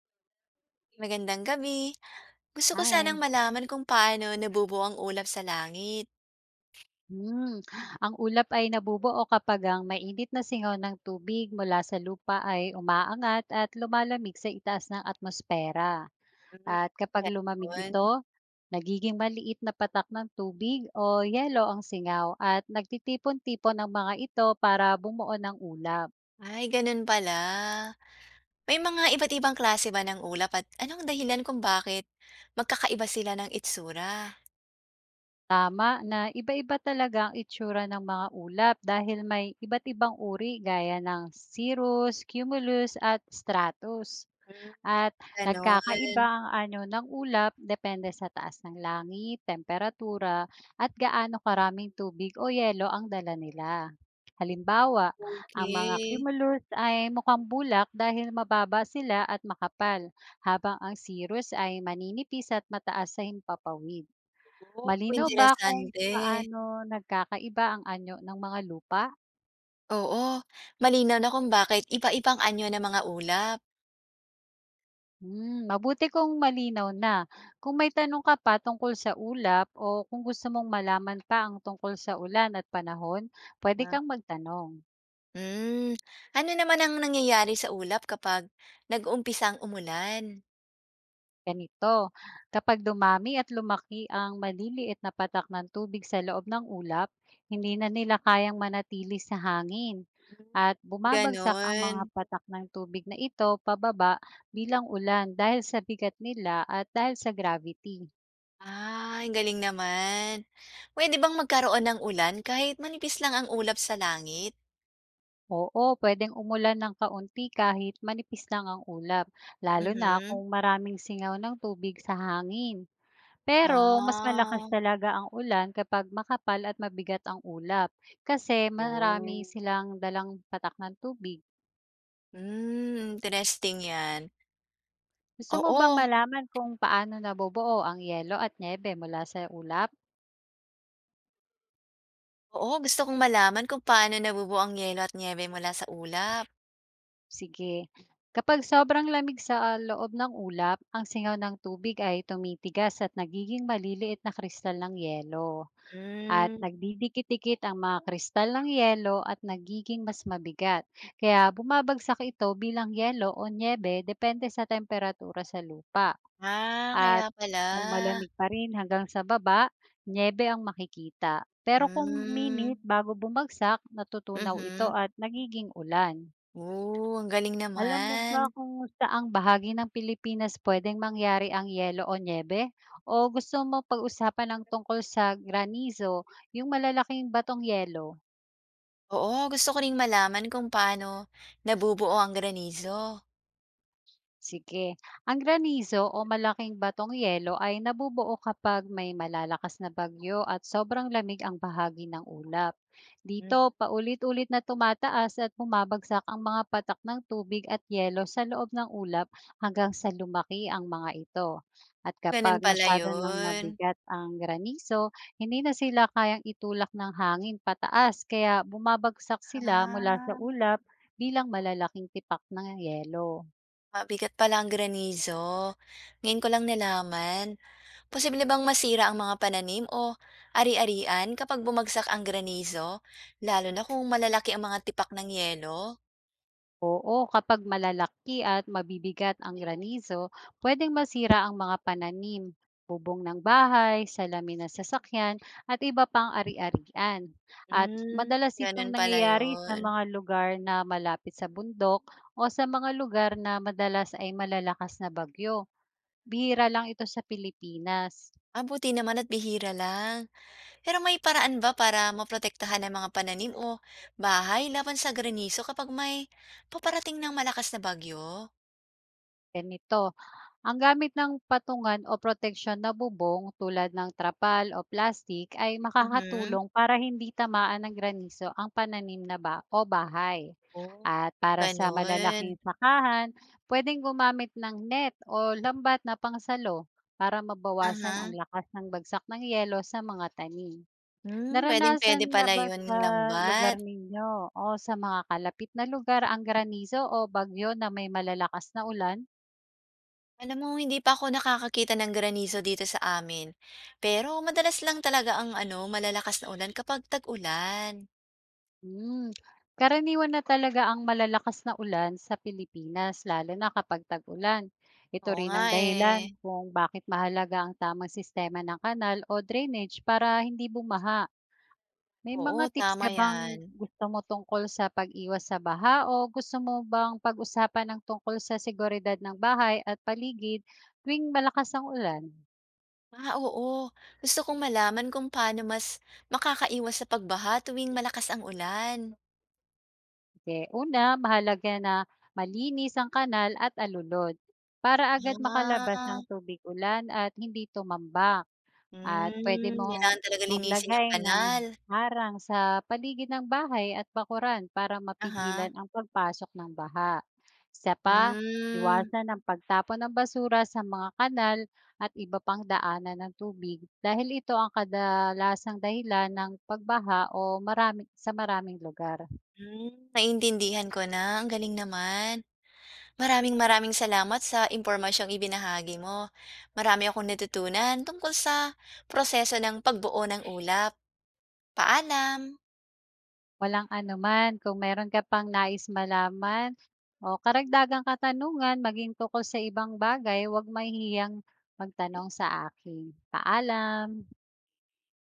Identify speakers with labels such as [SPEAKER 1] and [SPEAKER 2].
[SPEAKER 1] Magandang gabi. Gusto ko sanang
[SPEAKER 2] Ay,
[SPEAKER 1] malaman kung paano nabubuo ang ulap sa langit.
[SPEAKER 2] hmm. Ang ulap ay nabubuo kapag ang mainit na singaw ng tubig mula sa lupa ay umaangat at lumalamig sa itaas ng atmosfera.
[SPEAKER 1] Hmm,
[SPEAKER 2] At kapag lumamig
[SPEAKER 1] gano'n.
[SPEAKER 2] ito, nagiging maliit na patak ng tubig o yelo ang singaw, at nagtitipon-tipon ang mga ito para bumuo ng ulap.
[SPEAKER 1] Ay, gano'n pala. May mga iba't ibang klase ba ng ulap at anong dahilan kung bakit magkakaiba sila ng itsura?
[SPEAKER 2] Tama, na iba-iba talaga ang itsura ng mga ulap dahil may iba't ibang uri gaya ng cirrus, cumulus at stratus.
[SPEAKER 1] Hmm,
[SPEAKER 2] At
[SPEAKER 1] gano'n.
[SPEAKER 2] nagkakaiba ang anyo ng ulap depende sa taas ng langit, temperatura, at gaano karaming tubig o yelo ang dala nila. Halimbawa, ang mga
[SPEAKER 1] Okay.
[SPEAKER 2] cumulus ay mukhang bulak dahil mababa sila at makapal, habang ang cirrus ay maninipis at mataas sa himpapawid.
[SPEAKER 1] Oh,
[SPEAKER 2] Malinaw ba kung
[SPEAKER 1] interesante.
[SPEAKER 2] paano nagkakaiba ang anyo ng mga lupa?
[SPEAKER 1] Oo, malinaw na kung bakit iba-ibang anyo ng mga ulap.
[SPEAKER 2] Hmm, mabuti kung malinaw na. Kung may tanong ka pa tungkol sa ulap o kung gusto mong malaman pa ang tungkol sa ulan at panahon, pwede
[SPEAKER 1] Ah,
[SPEAKER 2] kang magtanong.
[SPEAKER 1] Hmm, Ano naman ang nangyayari sa ulap kapag nag-uumpisang umulan?
[SPEAKER 2] Ganito, kapag dumami at lumaki ang maliliit na patak ng tubig sa loob ng ulap, hindi na nila kayang manatili sa hangin,
[SPEAKER 1] Hmm,
[SPEAKER 2] at bumabagsak ang
[SPEAKER 1] gano'n.
[SPEAKER 2] mga patak ng tubig na ito pababa bilang ulan dahil sa bigat nila at dahil sa gravity.
[SPEAKER 1] Ah, ang galing naman. Puwede bang magkaroon ng ulan kahit manipis lang ang ulap sa langit?
[SPEAKER 2] Oo, pwedeng umulan ng kaunti kahit manipis lang ang ulap, lalo na kung
[SPEAKER 1] Mhm.
[SPEAKER 2] maraming singaw ng tubig sa hangin. Pero mas malakas
[SPEAKER 1] Ah,
[SPEAKER 2] talaga ang ulan kapag makapal at mabigat ang ulap, kasi marami
[SPEAKER 1] oh.
[SPEAKER 2] silang dalang patak ng tubig.
[SPEAKER 1] Interesting 'yan.
[SPEAKER 2] Gusto mo bang
[SPEAKER 1] Oo,
[SPEAKER 2] malaman kung paano nabubuo ang yelo at nyebe mula sa ulap?
[SPEAKER 1] oo, gusto kong malaman kung paano nabubuo ang yelo at niyebe mula sa ulap.
[SPEAKER 2] Sige. Kapag sobrang lamig sa loob ng ulap, ang singaw ng tubig ay tumitigas at nagiging maliliit na kristal ng yelo, at
[SPEAKER 1] Hmm,
[SPEAKER 2] nagdidikit-dikit ang mga kristal ng yelo at nagiging mas mabigat. Kaya bumabagsak ito bilang yelo o nyebe depende sa temperatura sa lupa.
[SPEAKER 1] ah, kaya
[SPEAKER 2] At
[SPEAKER 1] pala.
[SPEAKER 2] kung malamig pa rin hanggang sa baba, nyebe ang makikita. Pero kung minit
[SPEAKER 1] Hmm,
[SPEAKER 2] bago bumagsak, natutunaw ito
[SPEAKER 1] mhm.
[SPEAKER 2] at nagiging ulan.
[SPEAKER 1] Oh, ang galing
[SPEAKER 2] Alam mo
[SPEAKER 1] naman.
[SPEAKER 2] ba kung saang bahagi ng Pilipinas puwedeng mangyari ang yelo o niyebe? O gusto mo pag-usapan ng tungkol sa granizo, yung malalaking batong yelo?
[SPEAKER 1] Oo, gusto ko ring malaman kung paano nabubuo ang granizo.
[SPEAKER 2] Sige. Ang granizo o malaking batong yelo ay nabubuo kapag may malalakas na bagyo at sobrang lamig ang bahagi ng ulap.
[SPEAKER 1] Hmm.
[SPEAKER 2] Dito, paulit-ulit na tumataas at bumabagsak ang mga patak ng tubig at yelo sa loob ng ulap hanggang sa lumaki ang mga ito. At
[SPEAKER 1] Ganun
[SPEAKER 2] kapag
[SPEAKER 1] pala
[SPEAKER 2] masyado ng
[SPEAKER 1] yun.
[SPEAKER 2] mabigat ang granizo, hindi na sila kayang itulak ng hangin pataas, kaya bumabagsak sila mula sa
[SPEAKER 1] Ah,
[SPEAKER 2] ulap bilang malalaking tipak ng yelo.
[SPEAKER 1] mabigat pala ang granizo. Ngayon ko lang nalaman. Posible bang masira ang mga pananim o ari-arian kapag bumagsak ang granizo? Lalo na kung malalaki ang mga tipak ng yelo?
[SPEAKER 2] Oo, kapag malalaki at mabibigat ang granizo, pwedeng masira ang mga pananim, bubong ng bahay, salamin ng sasakyan, at iba pang ari-arian. At
[SPEAKER 1] Hmm,
[SPEAKER 2] madalas
[SPEAKER 1] Ganun
[SPEAKER 2] itong
[SPEAKER 1] pala
[SPEAKER 2] nangyayari sa
[SPEAKER 1] yun.
[SPEAKER 2] mga lugar na malapit sa bundok o sa mga lugar na madalas ay malalakas na bagyo. Bihira lang ito sa Pilipinas.
[SPEAKER 1] Ah, buti naman at bihira lang. Pero may paraan ba para maprotektahan ang mga pananim o bahay laban sa granizo kapag may paparating ng malakas na bagyo?
[SPEAKER 2] Ganito, ang gamit ng patungan o proteksyon na bubong tulad ng trapal o plastic ay
[SPEAKER 1] Mhm.
[SPEAKER 2] makakatulong para hindi tamaan ng granizo ang pananim na ba o bahay.
[SPEAKER 1] Oh.
[SPEAKER 2] At para sa malalaking
[SPEAKER 1] Ganun.
[SPEAKER 2] sakahan, pwedeng gumamit ng net o lambat na pangsalo para mabawasan ang
[SPEAKER 1] Aha.
[SPEAKER 2] lakas ng bagsak ng yelo sa mga tanim. Naranasan
[SPEAKER 1] Pwedeng-pwede
[SPEAKER 2] na
[SPEAKER 1] pala
[SPEAKER 2] ba
[SPEAKER 1] yun
[SPEAKER 2] sa
[SPEAKER 1] yung
[SPEAKER 2] lugar
[SPEAKER 1] lambat.
[SPEAKER 2] ninyo o sa mga kalapit na lugar ang granizo o bagyo na may malalakas na ulan?
[SPEAKER 1] Alam mo, hindi pa ako nakakakita ng granizo dito sa amin. Pero madalas lang talaga ang ano, malalakas na ulan kapag tag-ulan.
[SPEAKER 2] Hmm, karaniwan na talaga ang malalakas na ulan sa Pilipinas lalo na kapag tag-ulan. Ito
[SPEAKER 1] Oo
[SPEAKER 2] rin
[SPEAKER 1] nga
[SPEAKER 2] ang dahilan
[SPEAKER 1] eh.
[SPEAKER 2] kung bakit mahalaga ang tamang sistema ng kanal o drainage para hindi bumaha. May mga
[SPEAKER 1] Oo,
[SPEAKER 2] tips
[SPEAKER 1] tama
[SPEAKER 2] ka bang
[SPEAKER 1] yan.
[SPEAKER 2] gusto mo tungkol sa pag-iwas sa baha, o gusto mo bang pag-usapan ng tungkol sa seguridad ng bahay at paligid tuwing malakas ang ulan?
[SPEAKER 1] Ah, oo. Gusto kong malaman kung paano mas makakaiwas sa pagbaha tuwing malakas ang ulan.
[SPEAKER 2] Sige. Una, mahalaga na malinis ang kanal at alulod para agad makalabas ng
[SPEAKER 1] Ah,
[SPEAKER 2] tubig ulan at hindi tumambak. At pwede mong
[SPEAKER 1] Kailangan talaga linisin yung
[SPEAKER 2] maglagay ng
[SPEAKER 1] kanal.
[SPEAKER 2] harang sa paligid ng bahay at bakuran para
[SPEAKER 1] Aha.
[SPEAKER 2] mapigilan ang pagpasok ng baha. Isa pa,
[SPEAKER 1] Hmm,
[SPEAKER 2] iwasan ang pagtapon ng basura sa mga kanal at iba pang daanan ng tubig dahil ito ang kadalasang dahilan ng pagbaha o marami, sa maraming lugar.
[SPEAKER 1] hmm, Naiintindihan ko na. Ang galing naman. Maraming maraming salamat sa impormasyong ibinahagi mo. Marami akong natutunan tungkol sa proseso ng pagbuo ng ulap. Paalam!
[SPEAKER 2] Walang anuman. Kung meron ka pang nais malaman o karagdagang katanungan maging tungkol sa ibang bagay, huwag mahihiyang magtanong sa akin. Paalam.